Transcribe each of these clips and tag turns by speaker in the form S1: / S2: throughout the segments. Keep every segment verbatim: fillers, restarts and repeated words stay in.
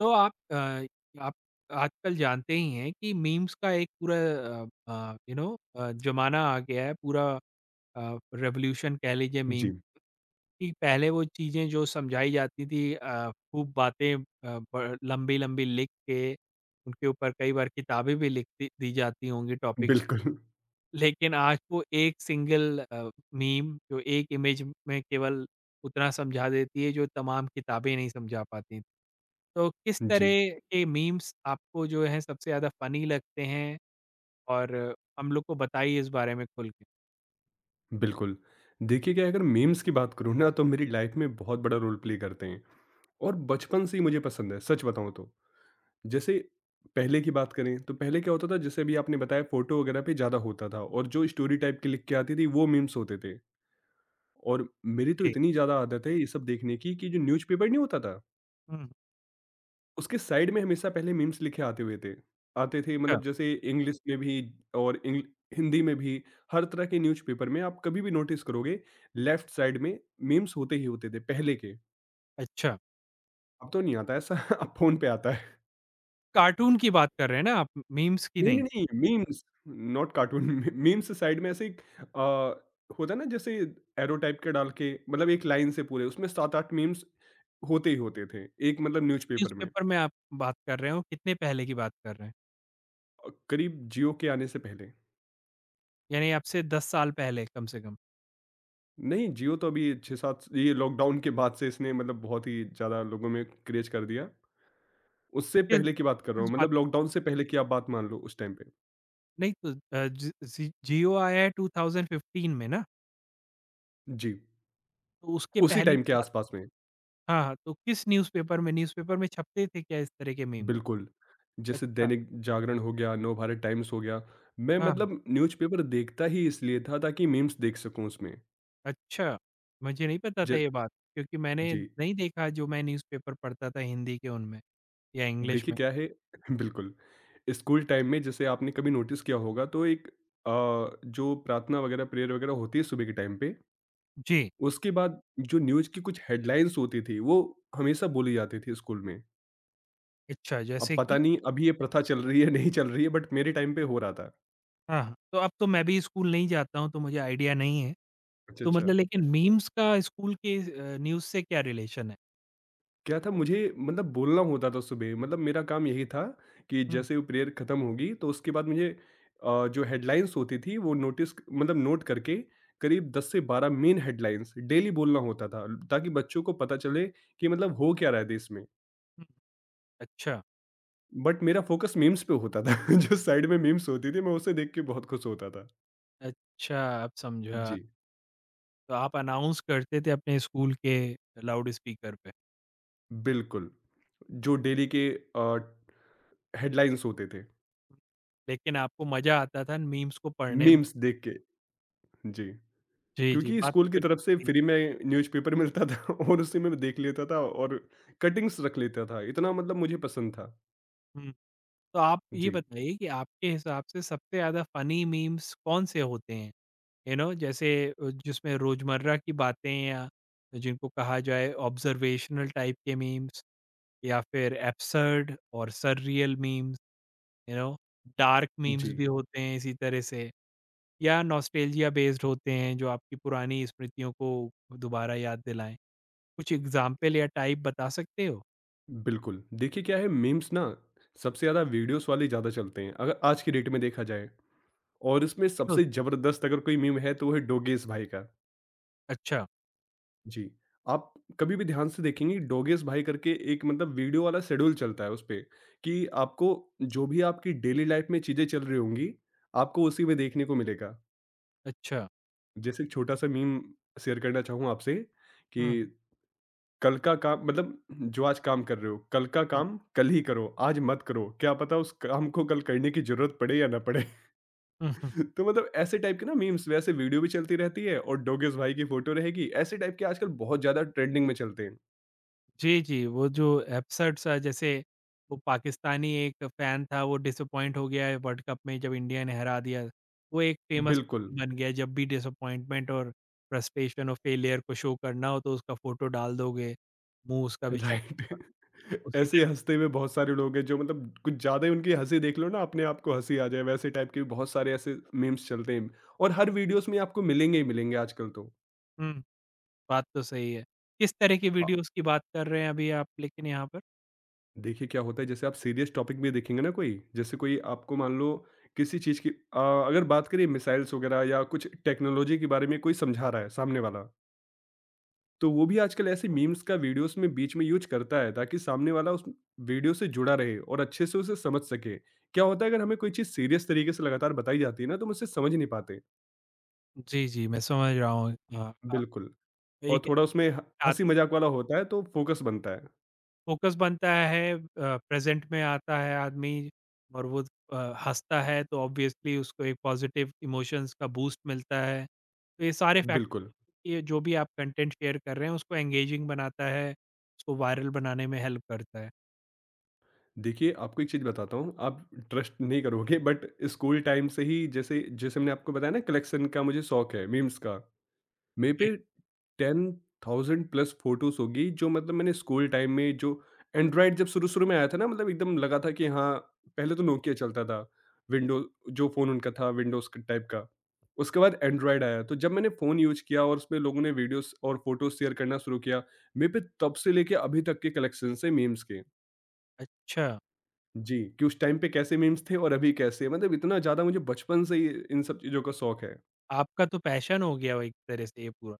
S1: तो आप अ, आप आजकल जानते ही हैं कि मीम्स का एक पूरा अ, यू नो अ, ज़माना आ गया है, पूरा अ, रेवोल्यूशन कह लीजिए मीम।
S2: जी,
S1: कि पहले वो चीज़ें जो समझाई जाती थी, अ, खूब बातें अ, ब लंबी-लंबी लिख के, उनके ऊपर कई बार किताबें भी लिख दी दी जाती होंगी टॉपिक्स।
S2: बिल्कुल।
S1: लेकिन आज वो एक सिंगल अ, मीम जो एक इमेज में केवल उतना समझा देती है, जो तमाम किताबें नहीं समझा पाती। तो किस
S2: जी,
S1: तरह के मीम्स आपको जो है सबसे ज़्यादा फ़नी लगते हैं? और हम लोग को बताइए इस बारे में खुल के?
S2: बिल्कुल। देखिए क्या है, अगर मीम्स की बात करूँ ना तो मेरी लाइफ़ में बहुत बड़ा रोल प्ले करते हैं और बचपन से ही मुझे पसंद है, सच बताऊँ तो। जैसे पहले की बात करें तो पहले क्या होता था, जैसे अभी आपने बताया फ़ोटो वगैरह पे ज़्यादा होता था और जो स्टोरी टाइप की लिख के आती थी वो मीम्स होते थे। और मेरी तो
S1: जी।
S2: इतनी ज़्यादा आदत है ये सब देखने की कि जो न्यूज़पेपर नहीं होता था?
S1: हुँ।
S2: उसके साइड में हमेशा पहले मीम्स लिखे आते हुए थे, आते थे,
S1: अच्छा,
S2: मतलब जैसे इंग्लिश में भी और इंग्ल- हिंदी में भी, हर तरह के न्यूज़पेपर में आप कभी भी नोटिस करोगे लेफ्ट साइड में मीम्स होते ही होते थे पहले के।
S1: अच्छा।
S2: अब तो नहीं आता ऐसा अब फोन पे आता है।
S1: कार्टून की बात कर रहे हैं ना आप, मीम्स की
S2: नहीं
S1: नहीं?
S2: नहीं नहीं memes, not cartoon. Memes side में ऐसे एक, अ, होता ना, जैसे एरो टाइप के डाल के मतलब एक लाइन से पूरे उसमें सात आठ मीम्स होते ही होते थे एक मतलब
S1: किस
S2: न्यूज़पेपर में।
S1: न्यूज़पेपर में आप बात कर रहे हो? कितने पहले की बात कर रहे हैं?
S2: अ, करीब जियो के आने से पहले।
S1: यानी आपसे दस साल पहले कम से कम।
S2: नहीं, जियो तो अभी छह सात, ये लॉकडाउन के बाद से इसने मतलब बहुत ही ज़्यादा लोगों में क्रेज़ कर दिया। उससे
S1: किस
S2: पहले की बात कर रहा
S1: किस
S2: हूँ,
S1: बात
S2: मतलब लॉकडाउन से पहले की आप बात मान लो, उस टाइम पे।
S1: नहीं तो अ, ज ज़ी जियो आया है ट्वेंटी फ़िफ़्टीन में ना?
S2: जी,
S1: तो उसके
S2: उसी
S1: पहले
S2: टाइम के
S1: की बात।
S2: आसपास में।
S1: हाँ, हाँ, तो किस न्यूज़पेपर में न्यूज़पेपर में छपते थे क्या इस तरह के मीम?
S2: बिल्कुल। जैसे
S1: अच्छा,
S2: दैनिक जागरण हो गया, नवभारत टाइम्स हो गया, मैं
S1: हाँ।
S2: मतलब न्यूज़पेपर देखता ही इसलिए था ताकि मीम्स देख सकूँ उसमें।
S1: अच्छा! मुझे नहीं पता
S2: ज
S1: था ये बात, क्योंकि मैंने
S2: जी,
S1: नहीं देखा जो मैं न्यूज़पेपर पढ़ता था हिंदी के उनमें या इंग्लिश
S2: देखिए
S1: में।
S2: क्या है। बिल्कुल, स्कूल टाइम में जैसे आपने कभी नोटिस किया होगा तो एक अ, जो प्रार्थना वगैरह, प्रेयर वगैरह होती है सुबह के टाइम पे,
S1: जी,
S2: उसके बाद जो न्यूज़ की कुछ हेडलाइंस होती थी, वो हमेशा बोली जाती थी स्कूल में।
S1: अच्छा
S2: अब
S1: जैसे
S2: पता
S1: कि।
S2: नहीं अभी ये प्रथा चल रही है, नहीं चल रही है, बट मेरे टाइम पे हो रहा था।
S1: हाँ, हाँ। तो अब तो मैं भी स्कूल नहीं जाता हूँ, तो मुझे आइडिया नहीं है।
S2: अच्छा,
S1: तो
S2: अच्छा।
S1: मतलब लेकिन मीम्स का स्कूल के अ, न्यूज़ से क्या रिलेशन है?
S2: क्या था, मुझे मतलब बोलना होता था सुबह, मतलब मेरा काम यही था कि
S1: हुँ,
S2: जैसे वो प्रेयर खत्म होगी तो उसके बाद मुझे अ, जो हेडलाइंस होती थी वो नोटिस मतलब नोट करके करीब दस से बारह मेन हेडलाइंस डेली बोलना होता था ताकि बच्चों को पता चले कि मतलब हो क्या रहा है देश में।
S1: हुँ। अच्छा,
S2: बट मेरा फोकस मीम्स पे होता था। जो साइड में मीम्स होती थी मैं उसे देख के बहुत खुश होता था।
S1: अच्छा अब समझा।
S2: जी,
S1: तो आप अनाउंस करते थे अपने स्कूल के लाउड स्पीकर पे।
S2: बिल्कुल। जो डेली के अ, हेडलाइन्स होते थे,
S1: लेकिन आपको मज़ा आता था मीम्स को पढ़ने में।
S2: मीम्स देख के। जी,
S1: जी, जी,
S2: क्योंकि
S1: बात
S2: स्कूल की
S1: कर
S2: तरफ से
S1: जी।
S2: फ्री में न्यूज़पेपर मिलता था और उसी में मैं देख लेता था और कटिंग्स रख लेता था। इतना मतलब मुझे पसंद था।
S1: हुँ। तो आप ये
S2: जी,
S1: बताइए कि आपके हिसाब से सबसे ज़्यादा फ़नी मीम्स कौन-से होते हैं? यू नो जैसे अ, जिसमें रोज़मर्रा की बातें या जिनको कहा जाए ऑब्ज़र्वेशनल टाइप के मीम्स या फिर एब्सर्ड और surreal memes, you know dark memes
S2: जी,
S1: भी होते हैं इसी तरह से या नॉस्टैल्जिया बेस्ड होते हैं जो आपकी पुरानी स्मृतियों को दोबारा याद दिलाएँ? कुछ एग्ज़ाम्पल या टाइप बता सकते हो?
S2: बिल्कुल। देखिए क्या है, मीम्स ना सबसे ज़्यादा वीडियोज़ वाले ज़्यादा चलते हैं अगर आज की डेट में देखा जाए, और इसमें
S1: Yes.
S2: सबसे ज़बरदस्त अगर कोई मीम है तो वो है डोगेश भाई का।
S1: अच्छा,
S2: जी, आप कभी भी ध्यान से देखेंगे, डोगेस भाई करके एक मतलब वीडियो वाला शेड्यूल चलता है उसपे कि आपको जो भी आपकी डेली लाइफ में चीज़ें चल रही होंगी, आपको उसी में देखने को मिलेगा।
S1: अच्छा।
S2: जैसे एक छोटा-सा मीम शेयर करना चाहूँ आपसे कि
S1: हुँ,
S2: कल का काम, मतलब जो आज काम कर रहे हो, कल का
S1: हुँ,
S2: काम कल ही करो, आज मत करो। क्या पता उस काम को कल करने की ज़रूरत पड़े या ना पड़े।
S1: हुँ, हुँ।
S2: तो मतलब ऐसे टाइप के ना मीम्स, वैसे वीडियो भी चलती रहती है और डोगेस भाई की फ़ोटो रहेगी। ऐसे टाइप के आजकल बहुत ज़्यादा ट्रेंडिंग में चलते हैं।
S1: जी, जी, वो जो एब्सर्ड सा जैसे वो पाकिस्तानी एक फ़ैन था वो डिसअपॉइंट हो गया है वर्ल्ड कप में जब इंडिया ने हरा दिया। वो एक हुँ। फ़ेमस
S2: बिल्कुल।
S1: बन गया है जब भी डिसअपॉइंटमेंट और फ्रस्ट्रेशन और फेलियर को शो करना हो तो उसका फ़ोटो डाल दोगे, मुँह उसका
S2: राइट।
S1: बेचारा। उसी
S2: ऐसे ही
S1: तरह।
S2: हँसते हुए बहुत सारे लोग हैं जो मतलब कुछ ज़्यादा ही उनकी हँसी देख लो ना अपने आप को हँसी आ जाए, वैसे टाइप के भी बहुत सारे ऐसे मीम्स चलते हैं और हर वीडियोस में आपको मिलेंगे ही मिलेंगे आजकल तो।
S1: हुँ, बात तो सही है। किस तरह की
S2: आ,
S1: वीडियोज़ की बात कर रहे हैं अभी आप लेकिन यहाँ पर?
S2: देखिए क्या होता है, जैसे आप सीरियस टॉपिक भी देखेंगे ना, कोई जैसे कोई आपको मान लो किसी चीज़ की आ, अगर बात करें मिसाइल्स वगैरह या कुछ टेक्नोलॉजी के बारे में कोई समझा रहा है सामने वाला, तो वो भी आजकल ऐसे मीम्स का वीडियोस में बीच में यूज करता है ताकि सामने वाला उस वीडियो से जुड़ा रहे और अच्छे से उसे समझ सके। क्या होता है, अगर हमें कोई चीज सीरियस तरीके से लगातार बताई जाती है ना तो हम उसे समझ नहीं पाते।
S1: जी, जी, मैं समझ रहा हूँ। हाँ, आप
S2: बिल्कुल। और
S1: एक
S2: थोड़ा उसमें ह- हंसी मजाक वाला होता है तो फोकस बनता है।
S1: फ़ोकस बनता है, अ, प्रेज़ेंट में आता है आदमी और वो अ, हँसता है तो ऑब्वियसली उसको एक पॉज़िटिव इमोशंस का बूस्ट मिलता है। तो ये सारे फैक्ट,
S2: बिल्कुल।
S1: ये जो भी आप कंटेंट शेयर कर रहे हैं उसको एंगेजिंग बनाता है, उसको वायरल बनाने में हेल्प करता है।
S2: देखिए आपको एक चीज बताता हूँ, आप ट्रस्ट नहीं करोगे बट स्कूल टाइम से ही, जैसे जैसे मैंने आपको बताया ना कलेक्शन का मुझे शौक है मीम्स का, मेरे
S1: जी।
S2: पे टेन थाउज़ेंड प्लस फ़ोटोज़ होगी जो मतलब मैंने स्कूल टाइम में जो एंड्रॉयड जब शुरू-शुरू में आया था ना, मतलब एकदम लगा था कि हाँ, पहले तो नोकिया चलता था। विंडो, जो फ़ोन उनका था विंडोज़ क टाइप का। उसके बाद एंड्रॉयड आया, तो जब मैंने फ़ोन यूज़ किया और उसमें लोगों ने वीडियोज़ और फ़ोटोज़ शेयर करना शुरू किया, मेरे पे तब से लेके अभी तक के कलेक्शंस है मीम्स के।
S1: अच्छा,
S2: जी, कि उस टाइम पे कैसे मीम्स थे और अभी कैसे, मतलब इतना ज़्यादा मुझे बचपन से ही इन सब चीज़ों का शौक है।
S1: आपका तो पैशन हो गया वो एक तरह से ये पूरा।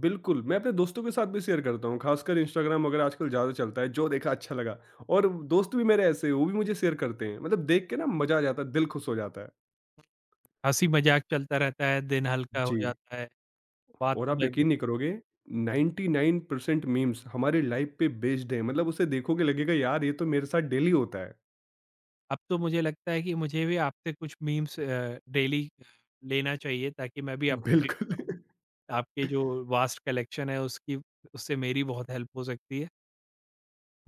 S2: बिल्कुल, मैं अपने दोस्तों के साथ भी शेयर करता हूँ, ख़ासकर इंस्टाग्राम वग़ैरह आजकल ज़्यादा चलता है, जो देखा अच्छा लगा, और दोस्त भी मेरे ऐसे हैं, वो भी मुझे शेयर करते हैं। मतलब देख के ना मज़ा आ जाता है, दिल खुश हो जाता है।
S1: हँसी-मज़ाक चलता रहता है, दिन हल्का हो
S2: जी।
S1: जाता है, बात
S2: और
S1: तो
S2: आप
S1: भाई।
S2: यकीन नहीं करोगे, नाइंटी नाइन परसेंट मीम्स हमारे लाइफ़ पे बेस्ड है, मतलब उसे देखोगे लगेगा यार ये तो मेरे साथ डेली होता है।
S1: अब तो मुझे लगता है कि मुझे भी आपसे कुछ मीम्स अ, डेली लेना चाहिए ताकि मैं भी अपडेट
S2: बिल्कुल।
S1: रहूँ। आपके जो वास्ट कलेक्शन है उसकी उससे मेरी बहुत हेल्प हो सकती है।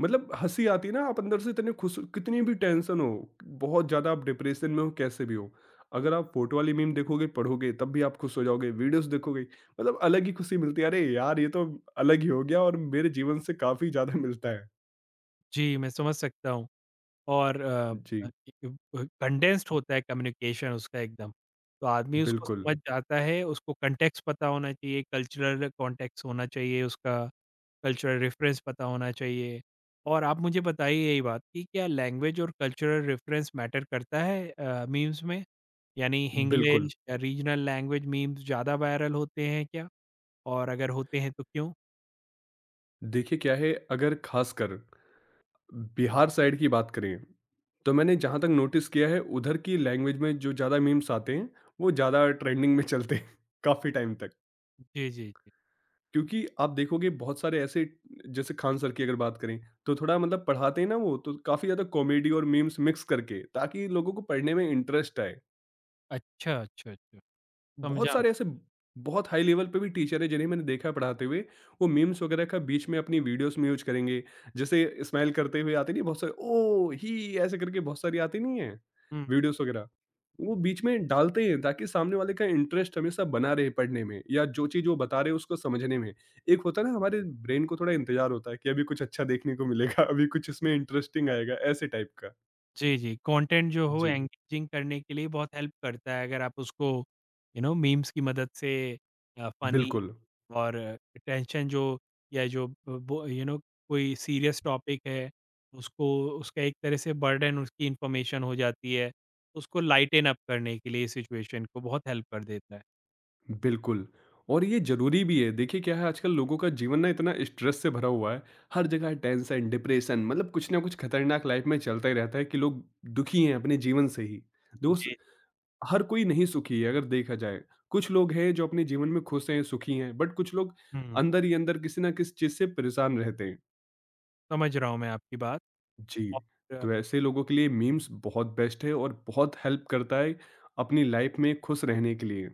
S2: मतलब हँसी आती है ना, आप अंदर से इतने खुश, कितनी भी टेंशन हो, बहुत ज़्यादा आप डिप्रेशन में हो, कैसे भी हो, अगर आप फोटो वाली मीम देखोगे पढ़ोगे तब भी आप खुश हो जाओगे, वीडियोस देखोगे मतलब अलग ही खुशी मिलती है, अरे यार ये तो अलग ही हो गया और मेरे जीवन से काफ़ी ज़्यादा मिलता है।
S1: जी, मैं समझ सकता हूँ और अ अ,
S2: जी।
S1: कंडेंस्ड होता है कम्युनिकेशन उसका एकदम। तो आदमी उसको
S2: बिल्कुल।
S1: समझ जाता है, उसको कॉन्टेक्स्ट पता होना चाहिए, कल्चरल कॉन्टेक्स्ट होना चाहिए उसका, कल्चरल रेफरेंस पता होना चाहिए। और आप मुझे बताइए यही बात कि क्या लैंग्वेज और कल्चरल रेफरेंस मैटर करता है अ, मीम्स में? यानी
S2: बिल्कुल,
S1: हिंग्लिश या रीजनल लैंग्वेज मीम्स ज़्यादा वायरल होते हैं क्या? और अगर होते हैं तो क्यों?
S2: देखिए क्या है, अगर खासकर बिहार साइड की बात करें तो मैंने जहाँ तक नोटिस किया है उधर की लैंग्वेज में जो ज़्यादा मीम्स आते हैं वो ज़्यादा ट्रेंडिंग में चलते हैं काफ़ी टाइम तक,
S1: जी, जी, जी।
S2: क्योंकि आप देखोगे बहुत सारे ऐसे, जैसे खान सर की अगर बात करें तो थोड़ा मतलब पढ़ाते हैं ना वो, तो काफ़ी ज़्यादा कॉमेडी और मीम्स मिक्स करके ताकि लोगों को पढ़ने में इंटरेस्ट आए।
S1: अच्छा, अच्छा, अच्छा।
S2: बहुत
S1: समझा मैं।
S2: सारे ऐसे बहुत हाई लेवल पे भी टीचर है जिन्हें मैंने देखा है पढ़ाते हुए, वो मीम्स वगैरह का बीच में अपनी वीडियोस में यूज करेंगे, जैसे स्माइल करते हुए आते नहीं बहुत सारे, ओ ही ऐसे करके बहुत सारी आती नहीं है
S1: हुँ।
S2: वीडियोस वगैरह, वो बीच में डालते हैं ताकि सामने वाले का इंटरेस्ट हमेशा बना रहे पढ़ने में या जो चीज़ वो बता रहे हैं उसको समझने में। एक होता है ना, हमारे ब्रेन को थोड़ा इंतजार होता है कि अभी कुछ अच्छा देखने को मिलेगा, अभी कुछ इसमें इंटरेस्टिंग आएगा, ऐसे टाइप का।
S1: जी, जी। कंटेंट जो हो
S2: जी।
S1: एंगेजिंग करने के लिए बहुत हेल्प करता है अगर आप उसको यू नो मीम्स की मदद से अ, फ़नी
S2: बिल्कुल।
S1: और टेंशन जो, या जो ब बो यू नो कोई सीरियस टॉपिक है, उसको उसका एक तरह से बर्डन उसकी इन्फॉर्मेशन हो जाती है। उसको लाइटेन अप करने के लिए सिचुएशन को बहुत हेल्प कर देता है।
S2: बिल्कुल, और ये ज़रूरी भी है। देखिए क्या है, आजकल लोगों का जीवन ना इतना स्ट्रेस से भरा हुआ है, हर जगह टेंशन, डिप्रेशन, मतलब कुछ ना कुछ खतरनाक लाइफ में चलता ही रहता है कि लोग दुखी हैं अपने जीवन से ही।
S1: जी।
S2: दोस्त, हर कोई नहीं सुखी है अगर देखा जाए। कुछ लोग हैं जो अपने जीवन में खुश हैं, सुखी हैं, बट कुछ लोग
S1: हुँ,
S2: अंदर ही अंदर किसी ना किसी चीज़ से परेशान रहते हैं।
S1: समझ रहा हूँ मैं आपकी बात।
S2: जी,
S1: और
S2: तो ऐसे लोगों के लिए मीम्स बहुत बेस्ट है और बहुत हेल्प करता है अपनी लाइफ में खुश रहने के लिए।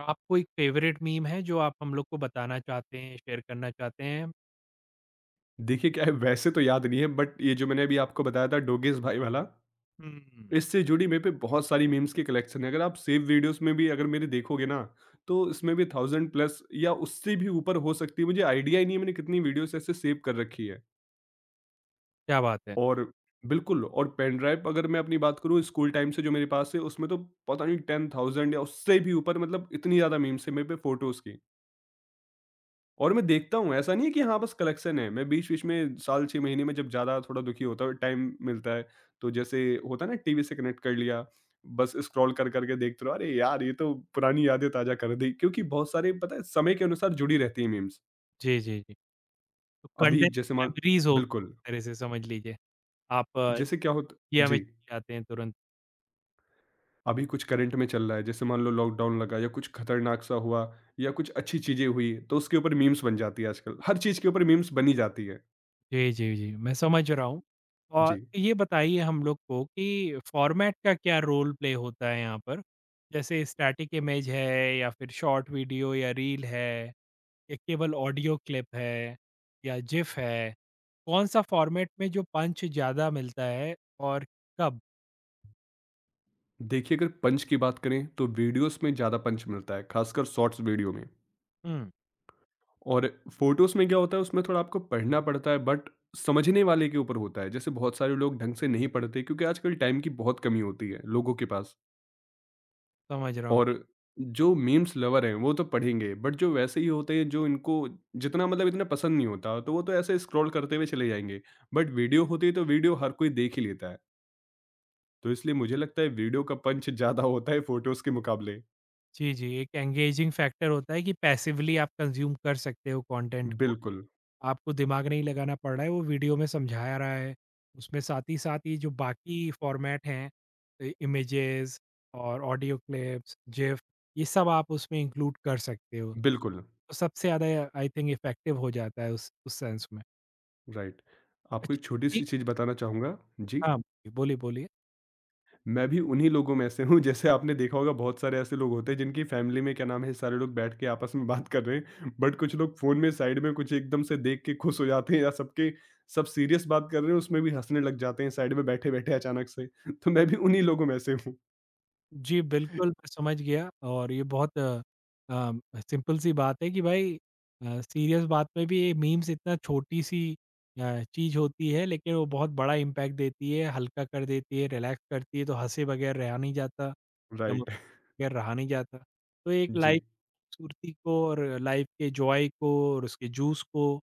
S1: आपको एक फ़ेवरेट मीम है जो आप हम लोग को बताना चाहते हैं, शेयर करना चाहते हैं?
S2: देखिए, क्या है, वैसे तो याद नहीं है बट ये जो मैंने अभी आपको बताया था डोगेस भाई वाला,
S1: हुँ,
S2: इससे जुड़ी मेरे पे बहुत सारी मीम्स की कलेक्शन है। अगर आप सेव वीडियोज़ में भी अगर मेरे देखोगे ना, तो इसमें भी वन थाउज़ेंड प्लस या उससे भी ऊपर हो सकती है। मुझे आइडिया ही नहीं है मैंने कितनी वीडियोज़ ऐसे सेव कर रखी है।
S1: क्या बात है।
S2: और बिल्कुल, और पेन ड्राइव अगर मैं अपनी बात करूँ, स्कूल टाइम से जो मेरे पास है उसमें तो पता नहीं टेन थाउज़ेंड या उससे भी ऊपर, मतलब इतनी ज़्यादा मीम्स है मेरे पे फ़ोटोज़ की। और मैं देखता हूँ, ऐसा नहीं है कि हाँ, बस कलेक्शन है। मैं बीच-बीच में साल छह महीने में जब ज़्यादा थोड़ा दुखी होता हूँ, टाइम मिलता है, तो जैसे होता है ना, टीवी से कनेक्ट कर लिया, बस स्क्रॉल कर, कर के देखते रहो, अरे यार! ये तो पुरानी यादें ताज़ा कर दी। क्योंकि बहुत सारे पता है समय के अनुसार जुड़ी रहती हैं मीम्स।
S1: जी, जी, जी। तो
S2: अभी
S1: कंडेंस्ड
S2: जैसे मान,
S1: मेमोरीज़ हो गई
S2: बिल्कुल,
S1: एक तरह से समझ लीजिए। आप अ,
S2: जैसे क्या होता,
S1: ये हमें
S2: जी,
S1: चाहते हैं तुरंत।
S2: अभी कुछ करंट में चल रहा है, जैसे मान लो लॉकडाउन लगा या कुछ खतरनाक सा हुआ या कुछ अच्छी चीज़ें हुई, तो उसके ऊपर मीम्स बन जाती है आजकल। हर चीज़ के ऊपर मीम्स बनी जाती है।
S1: जी, जी, जी, मैं समझ रहा हूँ। और
S2: जी।
S1: ये बताइए हम लोग को कि फ़ॉर्मेट का क्या रोल प्ले होता है यहाँ पर? जैसे स्टैटिक इमेज है या फिर शॉर्ट वीडियो या रील है या केवल ऑडियो क्लिप है या जिफ है? कौन सा फॉर्मेट में जो पंच ज़्यादा मिलता है और कब?
S2: देखिए, अगर पंच की बात करें तो वीडियोस में ज़्यादा पंच मिलता है, खासकर शॉर्ट्स वीडियो में,
S1: हुँ,
S2: और फोटोज में क्या होता है, उसमें थोड़ा आपको पढ़ना पड़ता है बट समझने वाले के ऊपर होता है, जैसे बहुत सारे लोग ढंग से नहीं पढ़ते क्योंकि आजकल टाइम की बहुत कमी होती है लोगों के पास,
S1: समझ रहा हूँ मैं।
S2: और जो मीम्स लवर हैं वो तो पढ़ेंगे बट जो वैसे ही होते हैं जो इनको जितना मतलब इतना पसंद नहीं होता तो वो तो ऐसे स्क्रॉल करते हुए चले जाएंगे, बट वीडियो होती है तो वीडियो हर कोई देख ही लेता है, तो इसलिए मुझे लगता है वीडियो का पंच ज़्यादा होता है फोटोज के मुकाबले।
S1: जी, जी, एक एंगेजिंग फैक्टर होता है कि पैसिवली आप कंज़्यूम कर सकते हो कंटेंट को,
S2: बिल्कुल।
S1: आपको दिमाग नहीं लगाना पड़ रहा है, वो वीडियो में समझाया रहा है। उसमें साथ ही साथ ये जो बाकी फॉर्मेट हैं, अ, इमेजेस और ऑडियो क्लिप्स, जिफ, ये सब आप उसमें इंक्लूड कर सकते हो।
S2: बिल्कुल।
S1: तो सबसे ज़्यादा आई थिंक इफ़ेक्टिव हो जाता है उस उस सेंस में।
S2: राइट। आपको
S1: अच्छा,
S2: एक
S1: जी
S2: छोटी-सी चीज़ बताना चाहूँगा जी,
S1: हाँ, बोलिए, बोलिए।
S2: मैं भी उन्हीं लोगों में से हूँ, जैसे आपने देखा होगा बहुत सारे ऐसे लोग होते हैं जिनकी फैमिली में क्या नाम है, सारे लोग बैठ के आपस में बात कर रहे हैं, बट कुछ लोग फ़ोन में साइड में कुछ एकदम से देख के खुश हो जाते हैं या सबके सब सीरियस बात कर रहे हैं उसमें भी हँसने लग जाते हैं साइड में बैठे-बैठे अचानक से। तो मैं भी उन्हीं लोगों में से हूँ।
S1: जी, बिल्कुल, मैं समझ गया और ये बहुत अ, अम, सिंपल सी बात है कि भाई अ, सीरियस बात में भी ये मीम्स इतना छोटी-सी अ, चीज़ होती है, लेकिन वो बहुत बड़ा इम्पैक्ट देती है, हल्का कर देती है, रिलैक्स करती है, तो हँसे बगैर रहा नहीं जाता, गम
S2: राइट।
S1: बगैर रहा नहीं जाता। तो एक लाइफ
S2: जी,
S1: खूबसूरती को और लाइफ के जॉय को और उसके जूस को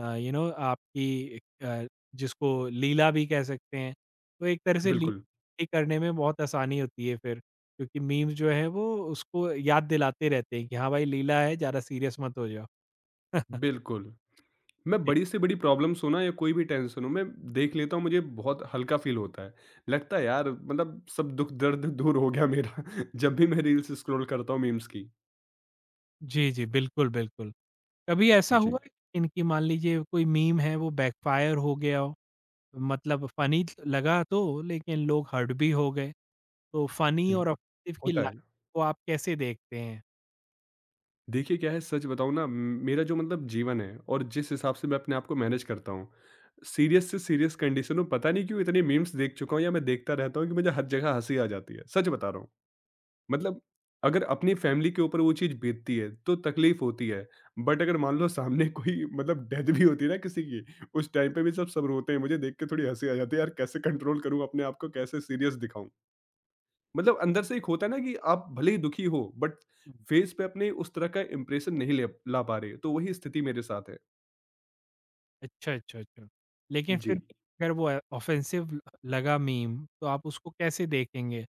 S1: अ, यू नो आपकी अ, जिसको लीला भी कह सकते हैं, तो एक तरह से ली
S2: बिल्कुल,
S1: करने में बहुत आसानी होती है फिर। क्योंकि मीम्स जो है वो उसको याद दिलाते रहते हैं कि हाँ भाई लीला है, ज़्यादा सीरियस मत हो जाओ।
S2: बिल्कुल। मैं,
S1: जी।
S2: बड़ी से बड़ी प्रॉब्लम्स हो ना या कोई भी टेंशन हो, मैं देख लेता हूँ, मुझे बहुत हल्का फील होता है। लगता है यार मतलब सब दुःख दर्द दूर हो गया मेरा जब भी मैं रील्स स्क्रॉल करता हूँ मीम्स की।
S1: जी, जी, बिल्कुल, बिल्कुल। कभी ऐसा हुआ
S2: जी।
S1: है कि इनकी मान लीजिए कोई मीम है वो बैकफायर हो गया हो? मतलब फ़नी लगा तो लेकिन लोग हर्ट भी हो गए। तो फ़नी
S2: हुँ,
S1: और ऑफेंसिव की
S2: होता है।
S1: लाइन को आप कैसे देखते हैं?
S2: देखिए क्या है, सच बताऊँ ना, म- मेरा जो मतलब जीवन है और जिस हिसाब से मैं अपने आप को मैनेज करता हूँ, सीरियस से सीरियस कंडीशन में पता नहीं क्यों इतने मीम्स देख चुका हूँ या मैं देखता रहता हूँ कि मुझे हर जगह हँसी आ जाती है। सच बता रहा हूँ। मतलब अगर अपनी फैमिली के ऊपर वो चीज़ बीतती है तो तकलीफ होती है। बट अगर मान लो सामने कोई मतलब डेथ भी होती है ना किसी की, उस टाइम पे भी सब सब रोते हैं। मुझे देख के थोड़ी हँसी आ जाती है, यार कैसे कंट्रोल करूँ अपने आप को, कैसे सीरियस दिखाऊँ? मतलब अंदर से एक होता है ना कि आप भले ही दुखी हो बट
S1: हुँ।
S2: फेस पे अपने उस तरह का इंप्रेशन नहीं ले ला पा रहे। तो वही स्थिति मेरे साथ है।
S1: अच्छा, अच्छा, अच्छा। लेकिन फिर
S2: जी,
S1: भी अगर वो ऑफेंसिव लगा मीम तो आप उसको कैसे देखेंगे?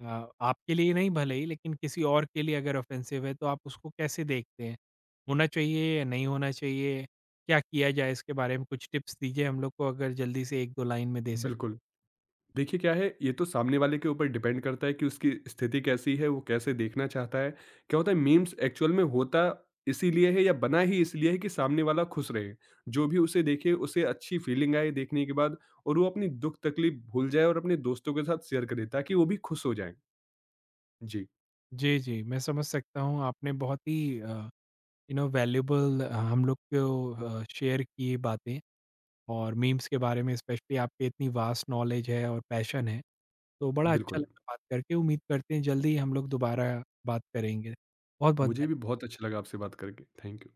S1: अ, आपके लिए नहीं भले ही लेकिन किसी और के लिए अगर ऑफेंसिव है तो आप उसको कैसे देखते हैं? होना चाहिए या नहीं होना चाहिए? क्या किया जाए इसके बारे में कुछ टिप्स दीजिए हम लोग को अगर जल्दी से एक से दो लाइन में दे सकें।
S2: बिल्कुल। देखिए क्या है, ये तो सामने वाले के ऊपर डिपेंड करता है कि उसकी स्थिति कैसी है, वो कैसे देखना चाहता है। क्या होता है, मीम्स एक्चुअल में होता इसीलिए है या बना ही इसलिए है कि सामने वाला खुश रहे। जो भी उसे देखे उसे अच्छी फीलिंग आए देखने के बाद, और वो अपनी दुःख-तकलीफ भूल जाए और अपने दोस्तों के साथ शेयर करे ताकि वो भी खुश हो जाएँ। जी,
S1: जी, जी, मैं समझ सकता हूँ। आपने बहुत ही अ, यू नो वैल्यूएबल हम लोग को अ, शेयर की बातें और मीम्स के बारे में, स्पेशली आपकी इतनी वास्ट नॉलेज है और पैशन है। तो बड़ा अच्छा
S2: बिल्कुल।
S1: लगा बात करके, उम्मीद करते हैं जल्दी ही हम लोग दोबारा बात करेंगे। बहुत-बहुत
S2: मुझे भी
S1: धन्य
S2: बहुत अच्छा लगा आपसे बात करके। Thank you.